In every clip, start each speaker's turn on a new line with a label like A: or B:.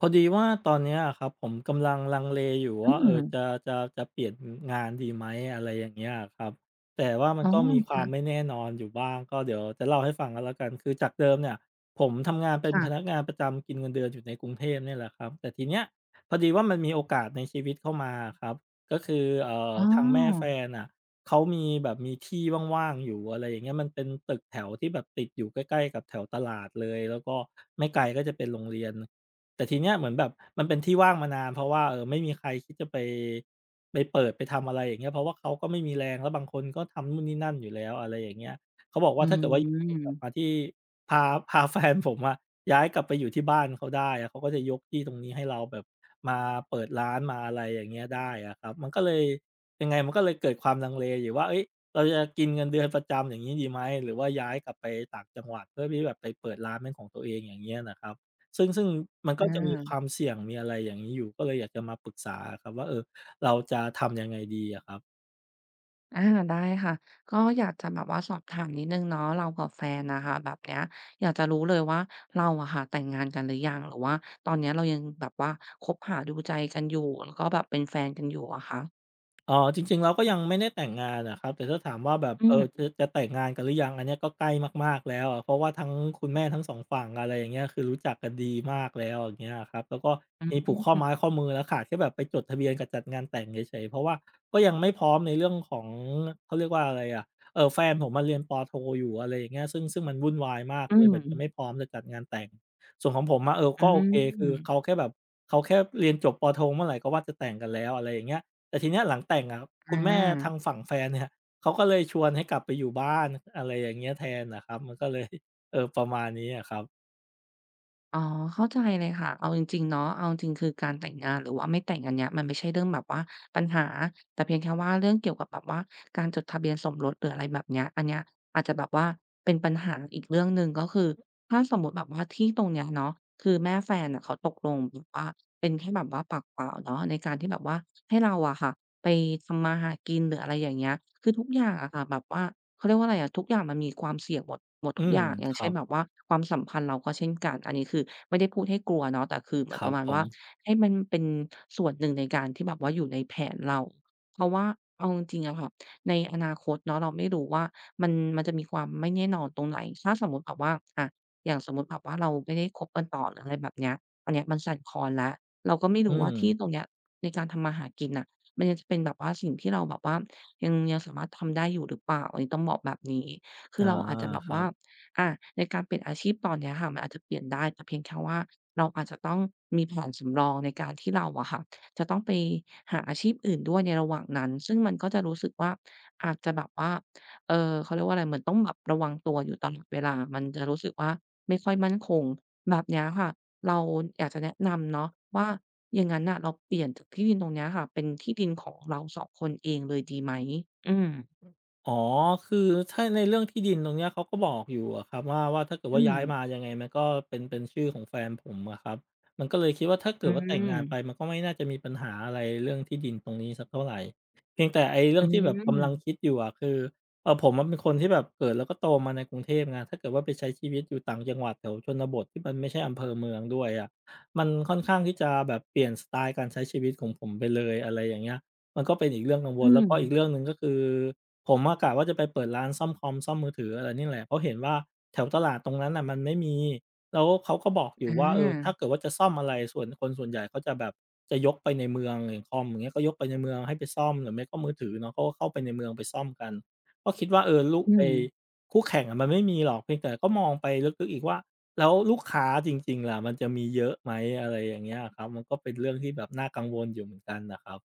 A: พอดีว่าตอนเนี้ยอะครับผมกำลังลังเลอยู่
B: อื
A: ว่า
B: ม
A: จะเปลี่ยนงานดีไหมอะไรอย่างเงี้ยอะครับแต่ว่ามั
B: อ๋
A: น
B: อ
A: ก็มีค
B: ค
A: วามไม่แน่นอนอยู่บ้างก็เดี๋ยวจะเล่าให้ฟังก็แล้วกันคือจากเดิมเนี่ยผมทำงานเป็น
B: ่ะ
A: พนักงานประจำกินเงินเดือนอยู่ในกรุงเทพเนี่ยแหละครับแต่ทีเนี้ยพอดีว่ามันมีโอกาสในชีวิตเข้ามาอะครับก็คือ
B: ๆอ๋
A: ทางแม่แฟ
B: อ
A: นน่ะเขามีแบบมีที่ว่างๆอยู่อะไรอย่างเงี้ยมันเป็นตึกแถวที่แบบติดอยู่ใกล้ๆกับแถวตลาดเลยแล้วก็ไม่ไกลก็จะเป็นโรงเรียน แต่ทีเนี้ยเหมือนแบบมันเป็นที่ว่างมานานเพราะว่าไม่มีใครคิดจะไปเปิดไปทำอะไรอย่างเงี้ยเพราะว่าเขาก็ไม่มีแรงแล้วบางคนก็ทำนู่นนี่นั่นอยู่แล้วอะไรอย่างเงี้ยเขาบอก
B: อื
A: ว่าถ้าเกิดว่า กลับมา
B: ม
A: ที่พาพาแฟนผมอะย้ายกลับไปอยู่ที่บ้านเขาได้อะเขาก็จะยกที่ตรงนี้ให้เราแบบมาเปิดร้านมาอะไรอย่างเงี้ยได้อะครับมันก็เลยยังไงมันก็เลยเกิดความลังเลอยู่ว่าเฮ้ยเราจะกินเงินเดือนประจำอย่างงี้ดีไหมหรือว่าย้ายกลับไปต่างจังหวัดเพื่อที่แบบไปเปิดร้านเป็นของตัวเองอย่างเงี้ยน่ะครับ ซึ่งมัน
B: อ
A: ก็จะมีควา
B: า
A: มเสี่ยงมีอะไรอย่างนี้อยู่ก็เลยอยากจะมาปรึกษาอะครับว่าเราจะทำยังไงดีอะครับ
B: อาได้ค่ะ ก็อยากจะแบบว่าสอบถามนิดหนึ่งเนาะเรากับแฟนน่ะค่ะแบบเนี้ยอยากจะรู้เลยว่าเราอะค่ะแต่งงานกันหรือยังหรือว่าตอนเนี้ยเรายังแบบว่าคบหาดูใจกันอยู่แล้วก็แบบเป็นแฟนกันอยู่อะคะ
A: อ๋อจริงๆเราก็ยังไม่ได้แต่งงานอะครับแต่ถ้าถามว่าแบบ
B: อืม
A: จะแต่งงานกันหรือยังอันเนี้ยก็ใกล้มากๆแล้วอะเพราะว่าทั้งคุณแม่ทั้ง2ฝั่งอะไรอย่างเงี้ยคือรู้จักกันดีมากแล้วอย่างเงี้ยอะครับแล้วก็
B: อื
A: มีผูกข้อไม้
B: ม
A: ข้อมือแล้วขาดแค่แบบไปจดทะเบียนกับจัดงานแต่งเฉยๆเพราะว่าก็ยังไม่พร้อมในเรื่องของเขาเรียกว่าอะไรอะแฟนผมอะเรียนปโทอยู่อะไรอย่างเงี้ยซึ่งมันวุ่นวายมาก
B: อื
A: เลยแบ
B: ม
A: บยังไม่พร้อมจะจัดงานแต่งส่วนของผมอะ
B: อื
A: ก็โอเคคือเขา
B: ม
A: แค่แบบเขาแค่เรียนจบปโทเมื่อไรก็ว่าจะแต่งกันแล้วอะไรอย่างเงี้ย แต่ทีเนี้ยหลังแต่งอะ
B: อ
A: คุณแม่ทาง
B: า
A: ฝั่งแฟนเนี่ย เขาก็เลยชวนให้กลับไปอยู่บ้าน อะไรอย่างเงี้ยแทนน่ะครับมันก็เลยประมาณนี้อะครับ
B: อ๋อเข้าใจเลยค่ะเอาจริงๆเนาะเอาจริงๆคือการแต่งงานหรือว่าไม่แต่งอันเนี้ยมันไม่ใช่เรื่องแบบว่าปัญหาแต่เพียงแค่ว่าเรื่องเกี่ยวกับแบบว่าการจดทะเบียนสมรสหรืออะไรแบบเนี้ยอันเนี้ยอาจจะแบบว่าเป็นปัญหาอีกเรื่องหนึ่งก็คือถ้าสมมุติแบบว่าที่ตรงเนี้ยเนาะคือแม่แฟนน่ะเขาตกลงแบบว่าเป็นแค่แบบว่าปากเปล่าเนาะในการที่แบบว่าให้เราอะค่ะ ไปทำมาหากินหรืออะไรอย่างเงี้ยคือทุกอย่างอะค่ะแบบว่าเขาเรียกว่าอะไรอะทุกอย่างมันมีความเสี่ยงหมด
A: อื
B: ทุกอ
A: ม
B: ย่างอย่าง
A: ครั
B: เช่นแบบ
A: บ
B: ว่าความสัมพันธ์เราก็เช่นกันอันนี้คือไม่ได้พูดให้กลัวเนาะแต่คือเหมื
A: ค
B: อนป
A: รั
B: ระ
A: บ
B: มาณ
A: ผ
B: ว่า
A: ม
B: ให้มันเป็นส่วนหนึ่งในการที่แบบว่าอยู่ในแผนเราเพราะว่าเอาจริงๆอะค่ะในอนาคตเนาะเราไม่รู้ว่ามันจะมีความไม่แน่นอนตรงไหนถ้าสมมุติแบบว่าอะอย่างสมมุติแบบว่าเราไม่ได้คบกันต่อหรืออะไรแบบเนี้ยอันเนี้ยมันสั่นคลอนแล้วเราก็ไม่
A: อื
B: รู้ว่า
A: ม
B: ที่ตรงเนี้ยในการทำมาหากินน่ะ มันยังจะเป็นแบบว่าสิ่งที่เราแบบว่ายังสามารถทำได้อยู่หรือเปล่าอันนี้ต้องบอกแบบนี้คือ
A: อา
B: เราอาจจะแบบ
A: ครั
B: ว่า
A: บ
B: อาในการเปลี่ยนอาชีพตอนเนี้ยค่ะมันอาจจะเปลี่ยนได้แต่เพียงแค่ว่าเราอาจจะต้องมีแผนสำรองในการที่เราอะค่ะจะต้องไปหาอาชีพอื่นด้วยในระหว่างนั้นซึ่งมันก็จะรู้สึกว่าอาจจะแบบว่าเขาเรียกว่าอะไรเหมือนต้องแบบระวังตัวอยู่ตลอดเวลามันจะรู้สึกว่าไม่ค่อยมั่นคงแบบเนี้ยค่ะเราอยากจะแนะนำเนาะว่า อย่างนั้นน่ะเราเปลี่ยนจากที่ดินตรงเนี้ยค่ะเป็นที่ดินของเราสองคนเองเลยดีไหมอืม
A: อ๋อคือถ้าในเรื่องที่ดินตรงเนี้ยเขาก็บอกอยู่อะครับว่าถ้าเกิด
B: อื
A: ว่า
B: ม
A: ย้ายมายังไงมันก็เป็นชื่อของแฟนผมอะครับมันก็เลยคิดว่าถ้า
B: อื
A: เกิดว่าแต่ง
B: ม
A: งานไปมันก็ไม่น่าจะมีปัญหาอะไรเรื่องที่ดินตรงนี้สักเท่าไรเพียงแต่ไอ้เรื่
B: อื
A: องที่แบบกำลังคิ
B: ม
A: ดอยู่อะคือผมอะเป็นคนที่แบบเกิดแล้วก็โตมาในกรุงเทพไงถ้าเกิดว่าไปใช้ชีวิตอยู่ต่างจังหวัดแถวชนบทที่มันไม่ใช่อำเภอเมืองด้วยอะมันค่อนข้างที่จะแบบเปลี่ยนสไตล์การใช้ชีวิตของผมไปเลยอะไรอย่างเงี้ยมันก็เป็นอีกเรื่องกังว
B: อื
A: ลแล้วก็อีกเรื่
B: ม
A: องหนึ่งก็คือ ผมอะกะว่าจะไปเปิดร้านซ่อมคอมซ่อมมือถืออะไรนี่แหละเพราะเห็นว่าแถวตลาดตรงนั้นน่ะมันไม่มีแล้วเขาก็บอกอ
B: อ
A: ยู่ว่าถ้า
B: า
A: เกิดว่าจะซ่อมอะไรส่วนคนส่วนใหญ่เขาจะแบบจะยกไปในเมืองอย่างคอมอย่างเงี้ยก็ยกไปในเมืองให้ไปซ่อมหรือไม่ก็มือถือเนาะเขาก็เข้าไปในเมืองไปซ่อมกันก็คิดว่าลุ
B: อื
A: ไอ้
B: ม
A: คู่แข่งอะมันไม่มีหรอกเพียงแต่ก็มองไปลึกๆอีกว่าแล้วลูกค้าจริงๆล่ะมันจะมีเยอะไหมอะไรอย่างเงี้ยอะครับมันก็เป็นเรื่องที่แบบน่ากังวลอยู่เหมือนกันน่ะครับ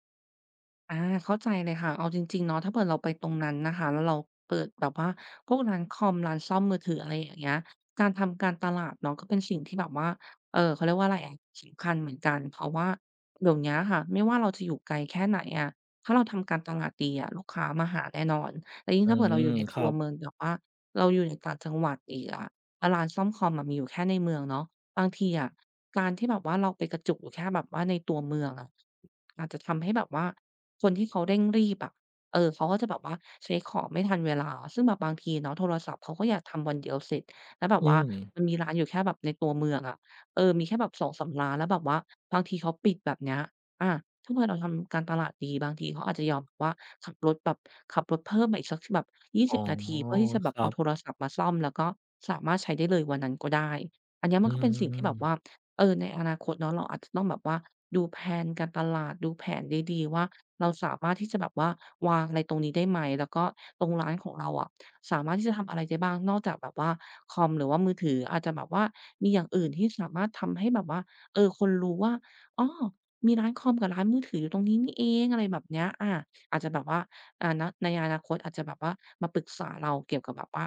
B: อาเข้าใจเลยค่ะเอาจริงๆเนาะถ้าเผื่อเราไปตรงนั้นนะคะแล้วเราเปิดแบบว่าพวกร้านคอมร้านซ่อมมือถืออะไรอย่างเงี้ยการทำการตลาดเนาะก็เป็นสิ่งที่แบบว่าเขาเรียกว่าอะไรอะสำคัญเหมือนกันเพราะว่าเดี๋ยวเนี้ยค่ะไม่ว่าเราจะอยู่ไกลแค่ไหนอะถ้าเราทำการตลาดดีอะลูกค้ามาหาแน่นอนแล้วยิ่ง
A: อื
B: ถ้าเผื่อเราอยู่
A: ม
B: ใน
A: ค
B: ตั
A: รั
B: ว
A: บ
B: เมืองแบบว่าเราอยู่ในต่างจังหวัดอีกอะแล้วร้านซ่อมคอมอะมีอยู่แค่ในเมืองเนาะ บางทีอะการที่แบบว่าเราไปกระจุกอยู่แค่แบบว่าในตัวเมืองอะอาจจะทำให้แบบว่าคนที่เขาเร่งรีบอะเออเขาก็จะแบบว่าเช็กของไม่ทันเวลาซึ่งแบบบางทีเนาะโทรศัพท์เขาก็อยากทำวันเดียวเสร็จแล้วแบบ
A: อื
B: ว่า
A: ม
B: มันมีร้านอยู่แค่แบบในตัวเมืองอะเออมีแค่แบบสองสามร้านแล้วแบบว่าบางทีเขาปิดแบบเนี้ยอาถ้าเผื่อเราทำการตลาดดีบางทีเขาอาจจะยอมแบบว่าขับรถแบบขับรถเพิ่มมาอีกสักแบบยี่
A: อ๋อ
B: สิบนาทีเพื่อที่จะแบ
A: ค
B: บ
A: รั
B: เอา
A: บ
B: โทรศัพท์มาซ่อมแล้วก็สามารถใช้ได้เลยวันนั้นก็ได้ อันเนี้ยมั
A: อื
B: นก็เป็นสิ่งที่แบบ
A: ม
B: ว่าเออในอนาคตเนาะเราอาจจะต้องแบบว่าดูแพลนการตลาด ดูแผนดีๆว่าเราสามารถที่จะแบบว่าวางอะไรตรงนี้ได้ไหม แล้วก็ตรงร้านของเราอะสามารถที่จะทำอะไรได้บ้างนอกจากแบบว่าคอมหรือว่ามือถือ อาจจะแบบว่ามีอย่างอื่นที่สามารถทำให้แบบว่าเออคนรู้ว่าอ้อมีร้านคอมกับร้านมือถืออยู่ตรงนี้นี่เองอะไรแบบเนี้ยอาอาจจะแบบว่า ณในอนาคตอาจจะแบบว่ามาปรึกษาเราเกี่ยวกับแบบว่า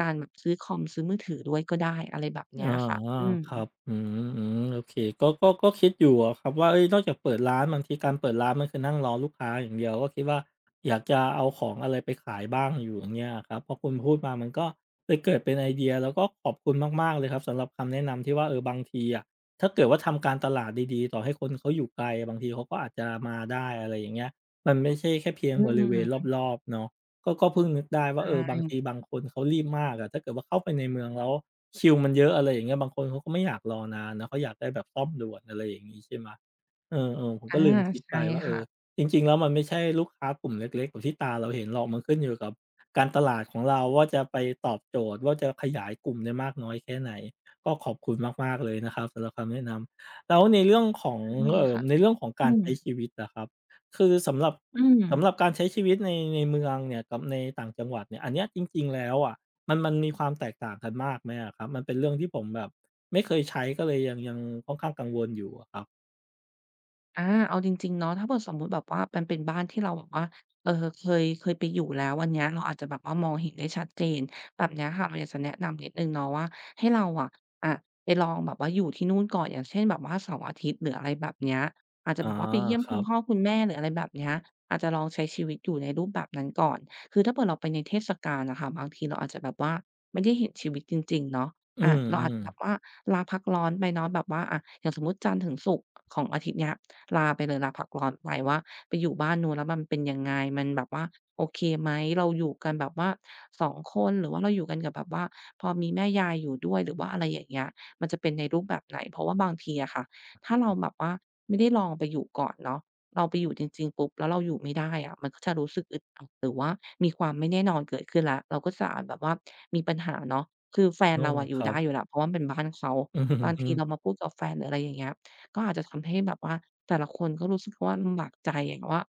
B: การแบบซื้อคอมซื้อมือถือด้วยก็ได้อะไรแบบเนี้ย
A: อา
B: ค่ะอืม
A: ครับอืมอืมโอเคก็คิดอยู่อะครับว่าเฮ้ยนอกจากเปิดร้านบางทีการเปิดร้านมันคือนั่งรอลูกค้าอย่างเดียวก็คิดว่าอยากจะเอาของอะไรไปขายบ้างอยู่อย่างเงี้ยอะครับพอคุณพูดมามันก็เลยเกิดเป็นไอเดียแล้วก็ขอบคุณมากๆเลยครับสำหรับคำแนะนำที่ว่าเออบางทีอะถ้าเกิดว่าทำการตลาดดีๆต่อให้คนเขาอยู่ไกลบางทีเขาก็อาจจะมาได้อะไรอย่างเงี้ยมันไม่ใช่แค่เพียง
B: อื
A: บริเวณ
B: ม
A: รอบๆเนาะก็เพิ่งนึกได้
B: ใช
A: ว่าเออบา
B: ่
A: งทีบางคนเขารีบมากอะถ้าเกิดว่าเข้าไปในเมืองแล้ว คิวมันเยอะอะไรอย่างเงี้ยบางคนเขาก็ไม่อยากรอนานนะเขาอยากได้แบบซ่อมด่วนอะไรอย่างงี้ใช่ไหมเออๆผม
B: อา
A: ก็ลืมคิด
B: ใช่
A: ไปว่าเออ
B: ค่ะ
A: จริงๆแล้วมันไม่ใช่ลูกค้ากลุ่มเล็กๆแบบที่ตาเราเห็นหรอกมันขึ้นอยู่กับการตลาดของเราว่าจะไปตอบโจทย์ว่าจะขยายกลุ่มได้มากน้อยแค่ไหนก็ขอบคุณมากๆเลยนะครับสำหรับคำแนะนำแล้วในเรื่องของ
B: ใช่ค่ะ
A: ในเรื่องของ
B: อื
A: การ
B: ม
A: ใช้ชีวิตอะครับคือสำหรับ
B: อืม
A: สำหรับการใช้ชีวิตในเมืองเนี่ยกับในต่างจังหวัดเนี่ยอันเนี้ยจริงๆแล้วอะ มันมีความแตกต่างกันมากไหมอะครับมันเป็นเรื่องที่ผมแบบไม่เคยใช้ก็เลยยังค่อนข้างกังวลอยู่อะครับ
B: อาเอาจริงๆเนาะถ้าเผื่อสมมุติแบบว่ามันเป็นบ้านที่เราแบบว่าเคยไปอยู่แล้วอันเนี้ยเราอาจจะแบบว่ามองเห็นได้ชัดเจนแบบเนี้ยค่ะเราอยากจะแนะนำนิดหนึ่งเนาะว่าให้เราอะอะไปลองแบบว่าอยู่ที่นู่นก่อนอย่างเช่นแบบว่าเสาร์อาทิตย์หรืออะไรแบบเนี้ยอาจจะ
A: อ๋อ
B: แบบว่าไปเยี่ยม
A: ค
B: คุ
A: รั
B: ณพ่อ
A: บ
B: คุณแม่หรืออะไรแบบเนี้ยอาจจะลองใช้ชีวิตอยู่ในรูปแบบนั้นก่อนคือถ้าเผื่อเราไปในเทศกาลอะค่ะบางทีเราอาจจะแบบว่าไม่ได้เห็นชีวิตจริงๆเนาะ
A: อื
B: อะเราอาจ
A: ม
B: จะแบบ
A: ๆ
B: ว่าลาพักร้อนไปเนาะแบบว่าอะอย่างสมมุติจันทร์ถึงศุกร์ของอาทิตย์เนี้ย ลาไปเลยลาพักร้อนไปว่าไปอยู่บ้านนู้นแล้วมันเป็นยังไงมันแบบว่าโอเคไหมเราอยู่กันแบบว่าสองคนหรือว่าเราอยู่กันกับแบบว่าพอมีแม่ยายอยู่ด้วยหรือว่าอะไรอย่างเงี้ยมันจะเป็นในรูปแบบไหนเพราะว่าบางทีอะค่ะถ้าเราแบบว่าไม่ได้ลองไปอยู่ก่อนเนาะเราไปอยู่จริงๆปุ๊บแล้วเราอยู่ไม่ได้อะมันก็จะรู้สึกอึดอัดหรือว่ามีความไม่แน่นอนเกิดขึ้นแล้วเราก็จะอาจแบบว่ามีปัญหาเนาะคือแฟน
A: เออ
B: เราอะอ
A: ค
B: ยู่
A: รับ
B: ได้อยู่แล้วเพราะว่ามันเป็นบ้านเขา
A: อือฮ
B: บาง
A: ึ
B: ทีเรามาพูดกับแฟนหรืออะไรอย่างเงี้ย ก็อาจจะทำให้แบบว่าแต่ละคนก็รู้สึกว่าลำบากใจอย่างว่า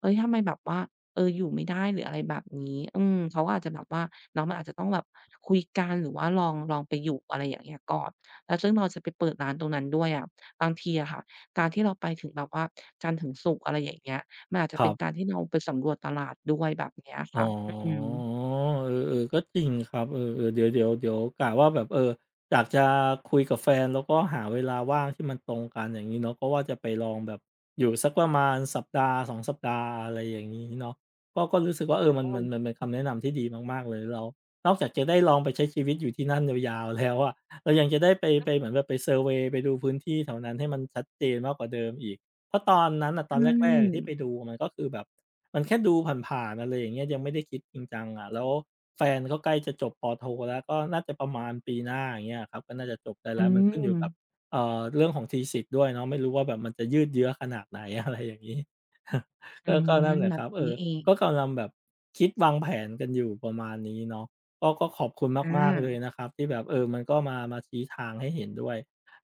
B: เฮ้ยทำไมแบบว่าเอออยู่ไม่ได้หรืออะไรแบบนี้อืมเขาก็อาจจะแบบว่าเนาะมันอาจจะต้องแบบคุยกันหรือว่าลองไปอยู่อะไรอย่างเงี้ยก่อน แล้วซึ่งเราจะไปเปิดร้านตรงนั้นด้วยอะบางทีอะค่ะการที่เราไปถึงแบบว่าจันทร์ถึงศุกร์อะไรอย่างเงี้ยมันอาจจะ
A: ค
B: เป็
A: รั
B: นการ
A: บ
B: ที่เราไปสำรวจตลาดด้วยแบบเนี้ย
A: อ๋
B: ค่ะอื
A: อ
B: ม
A: เออเออก็จริงครับเออเออเดี๋ยวกะว่าแบบเอออยากจะคุยกับแฟนแล้วก็หาเวลาว่างที่มันตรงกันอย่างงี้เนาะก็ว่าจะไปลองแบบอยู่สักประมาณสัปดาห์สองสัปดาห์อะไรอย่างงี้เนาะก็รู้สึกว่าเออมัน
B: อ
A: มันมันเป็นคำแนะนำที่ดีมากๆเลยแล้วนอกจากจะได้ลองไปใช้ชีวิตอยู่ที่นั่นยาวๆแล้วอะเรายังจะได้ไปเหมือนแบบไปเซอร์เวย์ไปดูพื้นที่แถวนั้นให้มันชัดเจนมากกว่าเดิมอีกเพราะตอนนั้นน่ะ
B: ใช
A: ตอนแรกๆที่
B: ่
A: ไปดูมันก็คือแบบ มันแค่ดูผ่านๆอะไรอย่างเงี้ยยังไม่ได้คิดจริงจังอะแล้วแฟนก็ใกล้จะจบปโทแล้วก็น่าจะประมาณปีหน้าอย่างเงี้ยครับก็น่าจะจบได้
B: อื
A: แล้วมันขึ้นอ
B: ม
A: ยู่กับเรื่องของทีสิสด้วยเนาะไม่รู้ว่าแบบมันจะยืดเยื้อขนาดไหน อะไรอย่างงี้
B: อื
A: ก็
B: ม
A: นั่นแหละ
B: แบ
A: ค
B: บ
A: รับเอ
B: นี้
A: อ
B: นี่เอง
A: ก็กำลังแบบคิดวางแผนกันอยู่ประมาณนี้เนาะก็ขอบคุณ
B: อ
A: มากๆเลย
B: า
A: นะครับที่แบบเออมันก็มาชี้ทางให้เห็นด้วย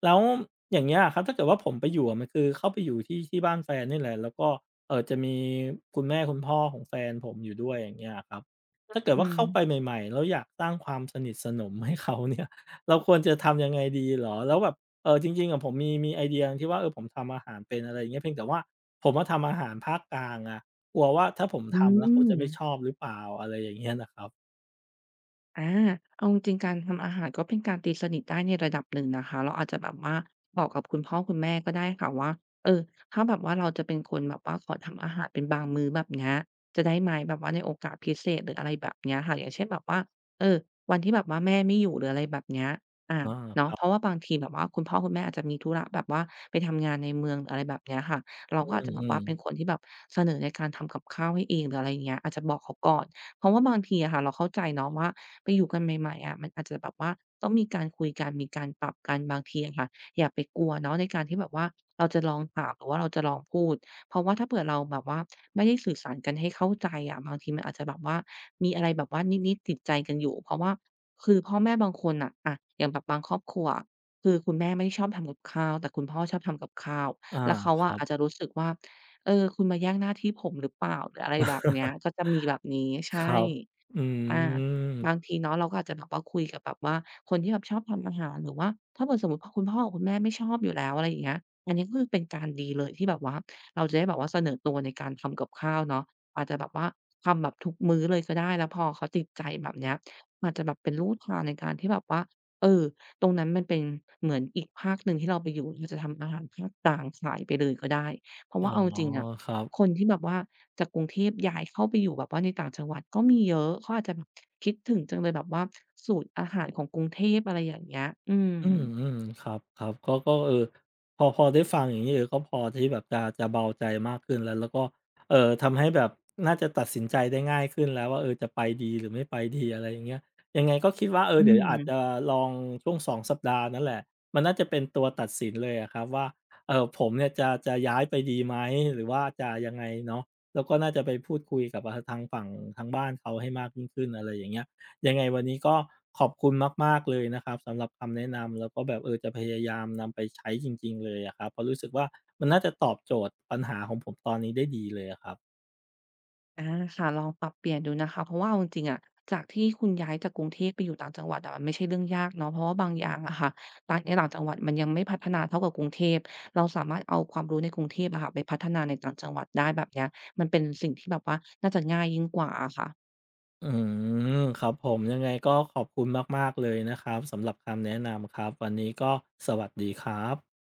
A: แล้วอย่างเงี้ยอะครับถ้าเกิดว่าผมไปอยู่อะมันคือเข้าไปอยู่ที่บ้านแฟนนี่แหละแล้วก็ จะมีคุณแม่คุณพ่อของแฟนผมอยู่ด้วยอย่างเงี้ยอะครับถ้าเกิด
B: อื
A: ว่า
B: ม
A: เข้าไปใหม่ๆแล้วอยากสร้างความสนิทสนมให้เขาเนี่ย เราควรจะทำยังไงดีเหรอแล้วแบบจริงๆอะผมมีไอเดียที่ว่าเออผมทำอาหารเป็นอะไรอย่างเงี้ยเพียงแต่ว่าผมอะทำอาหารภาคกลางอะกลัวว่าถ้าผม
B: อื
A: ทำแล้วเขา
B: ม
A: จะไม่ชอบหรือเปล่าอะไรอย่างเงี้ยนะครับ
B: อาเอาจริงๆการทำอาหารก็เป็นการตีสนิทได้ในระดับหนึ่งนะคะเราอาจจะแบบว่าบอกกับคุณพ่อคุณแม่ก็ได้ค่ะว่าเออถ้าแบบว่าเราจะเป็นคนแบบว่าขอทำอาหารเป็นบางมื้อแบบเนี้ยจะได้ไหมแบบว่าในโอกาสพิเศษหรืออะไรแบบเนี้ยค่ะอย่างเช่นแบบว่าเออวันที่แบบว่าแม่ไม่อยู่หรืออะไรแบบเนี้ยอา
A: อาค
B: เนาะ
A: รั
B: เพราะ
A: บ
B: ว่าบางทีแบบว่าคุณพ่อคุณแม่อาจจะมีธุระแบบว่าไปทำงานในเมืองหรืออะไรแบบเนี้ยค่ะเราก็อาจจะแบบ
A: อืม
B: ว่าเป็นคน
A: ๆ
B: ที่แบบเสนอในการทำกับข้าวให้เองหรืออะไรอย่างเงี้ยอาจจะบอกเขาก่อนเพราะว่าบางทีอะค่ะเราเข้าใจเนาะว่า ไปอยู่กันใหม่ๆอะมันอาจจะแบบว่าต้องมีการคุยกันมีการปรับกันบางทีอะค่ะอย่าไปกลัวเนาะในการที่แบบว่าเราจะลองถามหรือว่าเราจะลองพูดเพราะว่าถ้าเผื่อเราแบบว่าไม่ได้สื่อสารกันให้เข้าใจอะบางทีมันอาจจะแบบว่ามีอะไรแบบว่านิดๆติดใจกันอยู่เพราะว่าคือพ่อแม่บางคนอ่ะอะอย่างแบบบางครอบครัวคือคุณแม่ไม่ได้ชอบทำกับข้าวแต่คุณพ่อชอบทำกับข้าว
A: อา
B: แล้วเขา
A: ค
B: อะ
A: รั
B: อาจจะ
A: บ
B: รู้สึกว่าเออคุณมาแย่งหน้าที่ผมหรือเปล่าหรืออะไรแบบเนี้ยก็จะมีแบบนี้
A: ค
B: ใช่
A: รับอื
B: อา
A: ม
B: บางทีเนาะเราก็อาจจะแบบว่าคุยกับแบบว่าคนที่แบบชอบทำอาหารหรือว่าถ้าเกิดสมมุติพคุณพ่อกับคุณแม่ไม่ชอบอยู่แล้วอะไรอย่างเงี้ยอันนี้ก็คือเป็นการดีเลยที่แบบว่าเราจะได้แบบว่าเสนอตัวในการทำกับข้าวเนาะอาจจะแบบว่าทำแบบทุกมื้อเลยก็ได้แล้วพอเขาติดใจแบบเนี้ยอาจจะแบบเป็นลู่ทางในการที่แบบว่าเออตรงนั้นมันเป็นเหมือนอีกภาคหนึ่งที่เราไปอยู่เราจะทำอาหารภาคกลางขายไปเลยก็ได้เพราะ
A: อ๋
B: ว่า
A: อ
B: เอาจริงๆอะ
A: ครั
B: ค
A: บ
B: นที่แบบว่าจากกรุงเทพย้ายเข้าไปอยู่แบบว่าในต่างจังหวัดก็มีเยอะเขาอาจจะแบบคิดถึงจังเลยแบบว่าสูตรอาหารของกรุงเทพอะไรอย่างเงี้ยอืม
A: อืมอืมครับครับก็เออพอได้ฟังอย่างนี้เออก็พอที่แบบจะเบาใจมากขึ้นแล้วแล้วก็เออทำให้แบบน่าจะตัดสินใจได้ง่ายขึ้นแล้วว่าเออจะไปดีหรือไม่ไปดีอะไรอย่างเงี้ยยังไงก็คิดว่าเออ
B: อื
A: เดี๋ยวอาจจะ
B: ม
A: ลองช่วงสองสัปดาห์นั่นแหละมันน่าจะเป็นตัวตัดสินเลยอะครับว่าเออผมเนี่ยจะย้ายไปดีไหมหรือว่าจะยังไงเนาะแล้วก็น่าจะไปพูดคุยกับทางฝั่งทางบ้านเขาให้มากยิ่งขึ้นอะไรอย่างเงี้ย ยังไงวันนี้ก็ขอบคุณมากๆเลยนะครับสำหรับคำแนะนำแล้วก็แบบเออจะพยายามนำไปใช้จริงๆเลยอะครับเพราะรู้สึกว่ามันน่าจะตอบโจทย์ปัญหาของผมตอนนี้ได้ดีเลยอะครับ
B: อาค่ะลองปรับเปลี่ยนดูนะคะเพราะว่าเอาจริงๆอะจากที่คุณย้ายจากกรุงเทพไปอยู่ต่างจังหวัดอะมันไม่ใช่เรื่องยากเนาะเพราะว่าบางอย่างอะค่ะต่างในต่างจังหวัดมันยังไม่พัฒนาเท่ากับกรุงเทพเราสามารถเอาความรู้ในกรุงเทพอะค่ะไปพัฒนาในต่างจังหวัดได้แบบเนี้ยมันเป็นสิ่งที่แบบว่าน่าจะง่ายยิ่งกว่าอะค่ะ
A: อืมครับผมยังไงก็ขอบคุณมากๆเลยนะครับสำหรับคำแนะนำครับวันนี้ก็สวัสดีครับ